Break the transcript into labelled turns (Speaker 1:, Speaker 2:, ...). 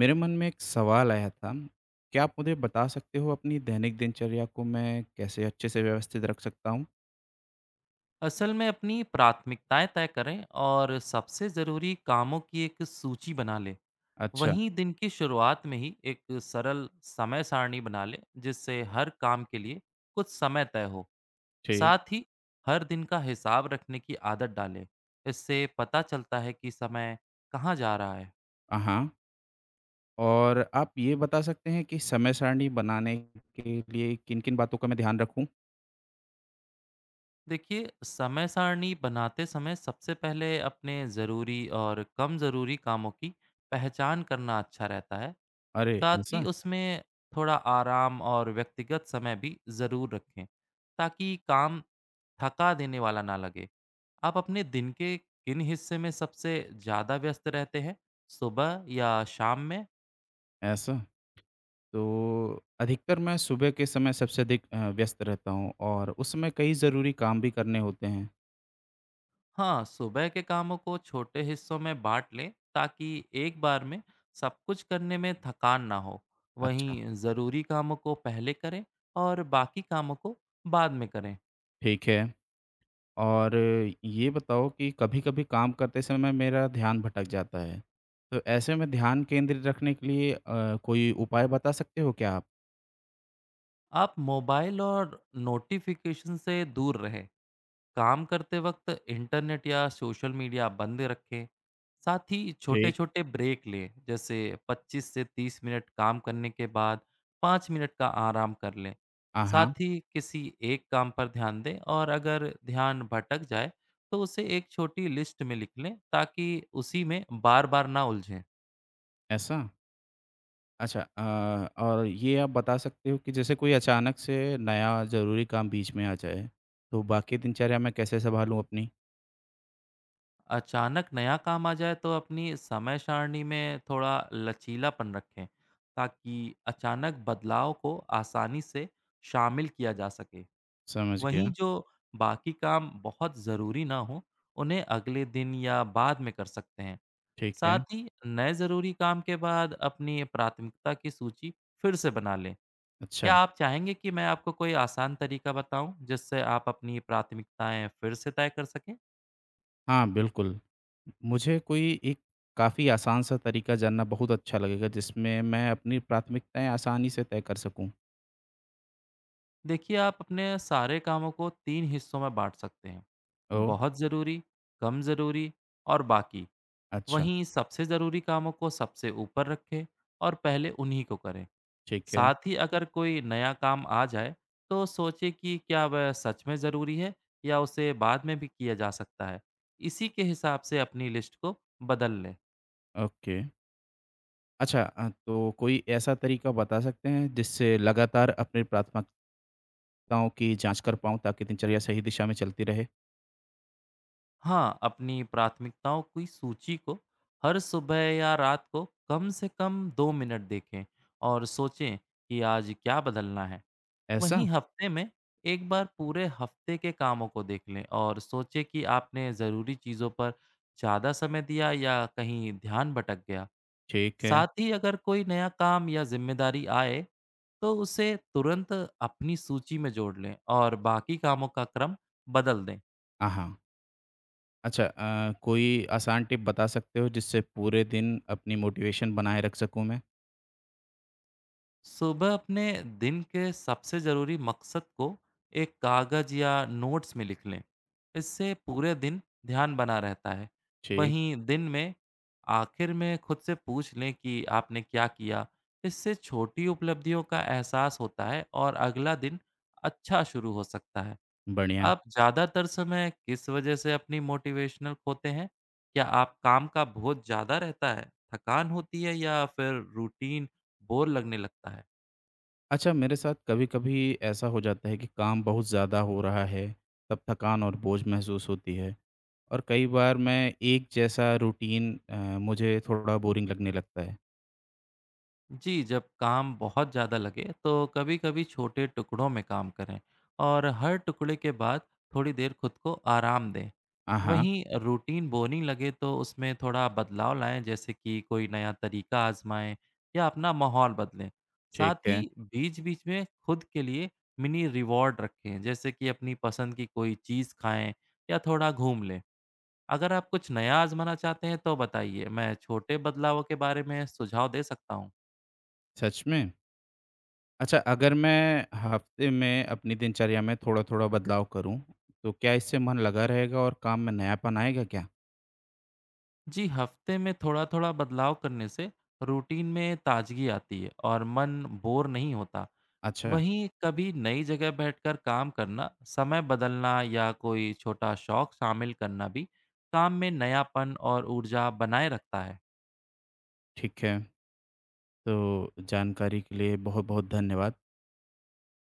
Speaker 1: मेरे मन में एक सवाल आया था। क्या आप मुझे बता सकते हो अपनी दैनिक दिनचर्या को मैं कैसे अच्छे से व्यवस्थित रख सकता हूँ?
Speaker 2: असल में अपनी प्राथमिकताएं तय करें और सबसे ज़रूरी कामों की एक सूची बना लें।
Speaker 1: अच्छा,
Speaker 2: वहीं दिन की शुरुआत में ही एक सरल समय सारणी बना लें जिससे हर काम के लिए कुछ समय तय हो।
Speaker 1: ठीक।
Speaker 2: साथ ही हर दिन का हिसाब रखने की आदत डालें, इससे पता चलता है कि समय कहाँ जा रहा है।
Speaker 1: हाँ। और आप ये बता सकते हैं कि समय सारणी बनाने के लिए किन-किन बातों का मैं ध्यान रखूँ?
Speaker 2: देखिए समय सारणी बनाते समय सबसे पहले अपने ज़रूरी और कम ज़रूरी कामों की पहचान करना अच्छा रहता है।
Speaker 1: अरे!
Speaker 2: साथ ही
Speaker 1: ऐसा?
Speaker 2: उसमें थोड़ा आराम और व्यक्तिगत समय भी ज़रूर रखें ताकि काम थका देने वाला ना लगे। आप अपने दिन के किन हिस्से में सबसे ज़्यादा व्यस्त रहते हैं? सुबह या शाम में?
Speaker 1: ऐसा? तो अधिकतर मैं सुबह के समय सबसे अधिक व्यस्त रहता हूँ और उस समय कई ज़रूरी काम भी करने होते हैं।
Speaker 2: हाँ, सुबह के कामों को छोटे हिस्सों में बाँट लें ताकि एक बार में सब कुछ करने में थकान ना हो।
Speaker 1: अच्छा,
Speaker 2: वहीं ज़रूरी कामों को पहले करें और बाकी कामों को बाद में करें।
Speaker 1: ठीक है। और ये बताओ कि कभी-कभी काम करते समय मेरा ध्यान भटक जाता है। तो ऐसे में ध्यान केंद्रित रखने के लिए कोई उपाय बता सकते हो क्या आप?
Speaker 2: आप मोबाइल और नोटिफ़िकेशन से दूर रहें। काम करते वक्त इंटरनेट या सोशल मीडिया बंद रखें। साथ ही छोटे
Speaker 1: ठीक।
Speaker 2: छोटे ब्रेक लें, जैसे 25 से 30 मिनट काम करने के बाद 5 मिनट का आराम कर लें।
Speaker 1: हाँ,
Speaker 2: साथ ही किसी एक काम पर ध्यान दें और अगर ध्यान भटक जाए तो उसे एक छोटी लिस्ट में लिख लें ताकि उसी में बार बार ना उलझें।
Speaker 1: ऐसा? अच्छा, और ये आप बता सकते हो कि जैसे कोई अचानक से नया ज़रूरी काम बीच में आ जाए, तो बाकी दिनचर्या मैं कैसे सँभालूँ अपनी?
Speaker 2: अचानक नया काम आ जाए तो अपनी समय सारणी में थोड़ा लचीलापन रखें ताकि अचानक बदलाव को आसानी से शामिल किया जा सके।
Speaker 1: समझ गया।
Speaker 2: वहीं जो बाकी काम बहुत ज़रूरी ना हो उन्हें अगले दिन या बाद में कर सकते हैं।
Speaker 1: ठीक है।
Speaker 2: साथ ही नए ज़रूरी काम के बाद अपनी प्राथमिकता की सूची फिर से बना लें। क्या
Speaker 1: अच्छा।
Speaker 2: आप चाहेंगे कि मैं आपको कोई आसान तरीका बताऊं जिससे आप अपनी प्राथमिकताएं फिर से तय कर सकें?
Speaker 1: हाँ, बिल्कुल। मुझे कोई एक काफ़ी आसान सा तरीका जानना बहुत अच्छा लगेगा जिसमें मैं अपनी प्राथमिकताएँ आसानी से तय कर सकूँ।
Speaker 2: देखिए आप अपने सारे कामों को तीन हिस्सों में बांट सकते हैं:
Speaker 1: ओह!
Speaker 2: बहुत ज़रूरी, कम ज़रूरी और बाकी।
Speaker 1: अच्छा,
Speaker 2: वहीं सबसे ज़रूरी कामों को सबसे ऊपर रखें और पहले उन्हीं को करें।
Speaker 1: ठीक है,
Speaker 2: साथ ही अगर कोई नया काम आ जाए तो सोचें कि क्या वह सच में ज़रूरी है या उसे बाद में भी किया जा सकता है, इसी के हिसाब से अपनी लिस्ट को बदल लें।
Speaker 1: ओके। अच्छा, तो कोई ऐसा तरीका बता सकते हैं जिससे लगातार अपनी प्राथमिकताओं की जाँच कर पाऊँ ताकि दिनचर्या सही दिशा में चलती रहे?
Speaker 2: हाँ, अपनी प्राथमिकताओं की सूची को हर सुबह या रात को कम से कम 2 मिनट देखें और सोचें कि आज क्या बदलना है।
Speaker 1: ऐसा?
Speaker 2: वहीं हफ्ते में एक बार पूरे हफ्ते के कामों को देख लें और सोचें कि आपने ज़रूरी चीज़ों पर ज़्यादा समय दिया या कहीं ध्यान भटक गया।
Speaker 1: ठीक है।
Speaker 2: साथ ही अगर कोई नया काम या ज़िम्मेदारी आए, तो उसे तुरंत अपनी सूची में जोड़ लें और बाकी कामों का क्रम बदल दें।
Speaker 1: हाँ। अच्छा, कोई आसान टिप बता सकते हो जिससे पूरे दिन अपनी मोटिवेशन बनाए रख सकूँ मैं?
Speaker 2: सुबह अपने दिन के सबसे ज़रूरी मकसद को एक कागज़ या नोट्स में लिख लें, इससे पूरे दिन ध्यान बना रहता है।
Speaker 1: ठीक,
Speaker 2: वहीं दिन में आखिर में खुद से पूछ लें कि आपने क्या किया, इससे छोटी उपलब्धियों का एहसास होता है और अगला दिन अच्छा शुरू हो सकता है।
Speaker 1: बढ़िया।
Speaker 2: आप ज़्यादातर समय किस वजह से अपनी मोटिवेशनल खोते हैं? क्या आप काम का बहुत ज़्यादा रहता है, थकान होती है या फिर रूटीन बोर लगने लगता है?
Speaker 1: अच्छा, मेरे साथ कभी-कभी ऐसा हो जाता है कि काम बहुत ज़्यादा हो रहा है, तब थकान और बोझ महसूस होती है। और कई बार मैं एक जैसा रूटीन मुझे थोड़ा बोरिंग लगने लगता है।
Speaker 2: जी, जब काम बहुत ज़्यादा लगे तो कभी-कभी छोटे टुकड़ों में काम करें और हर टुकड़े के बाद थोड़ी देर खुद को आराम दें।
Speaker 1: हाँ, हाँ,
Speaker 2: वहीं रूटीन बोरिंग लगे तो उसमें थोड़ा बदलाव लाएं, जैसे कि कोई नया तरीका आजमाएं या अपना माहौल बदलें।
Speaker 1: ठीक
Speaker 2: साथ ही
Speaker 1: है।
Speaker 2: बीच-बीच में खुद के लिए मिनी रिवॉर्ड रखें, जैसे कि अपनी पसंद की कोई चीज़ खाएँ या थोड़ा घूम लें। अगर आप कुछ नया आजमाना चाहते हैं तो बताइए, मैं छोटे बदलावों के बारे में सुझाव दे सकता हूँ।
Speaker 1: सच में? अच्छा, अगर मैं हफ्ते में अपनी दिनचर्या में थोड़ा-थोड़ा बदलाव करूँ, तो क्या इससे मन लगा रहेगा और काम में नयापन आएगा क्या?
Speaker 2: जी हफ्ते में थोड़ा थोड़ा बदलाव करने से रूटीन में ताजगी आती है और मन बोर नहीं होता।
Speaker 1: अच्छा,
Speaker 2: वहीं कभी नई जगह बैठकर काम करना, समय बदलना या कोई छोटा शौक शामिल करना भी काम में नयापन और ऊर्जा बनाए रखता है।
Speaker 1: ठीक है। तो जानकारी के लिए बहुत-बहुत धन्यवाद।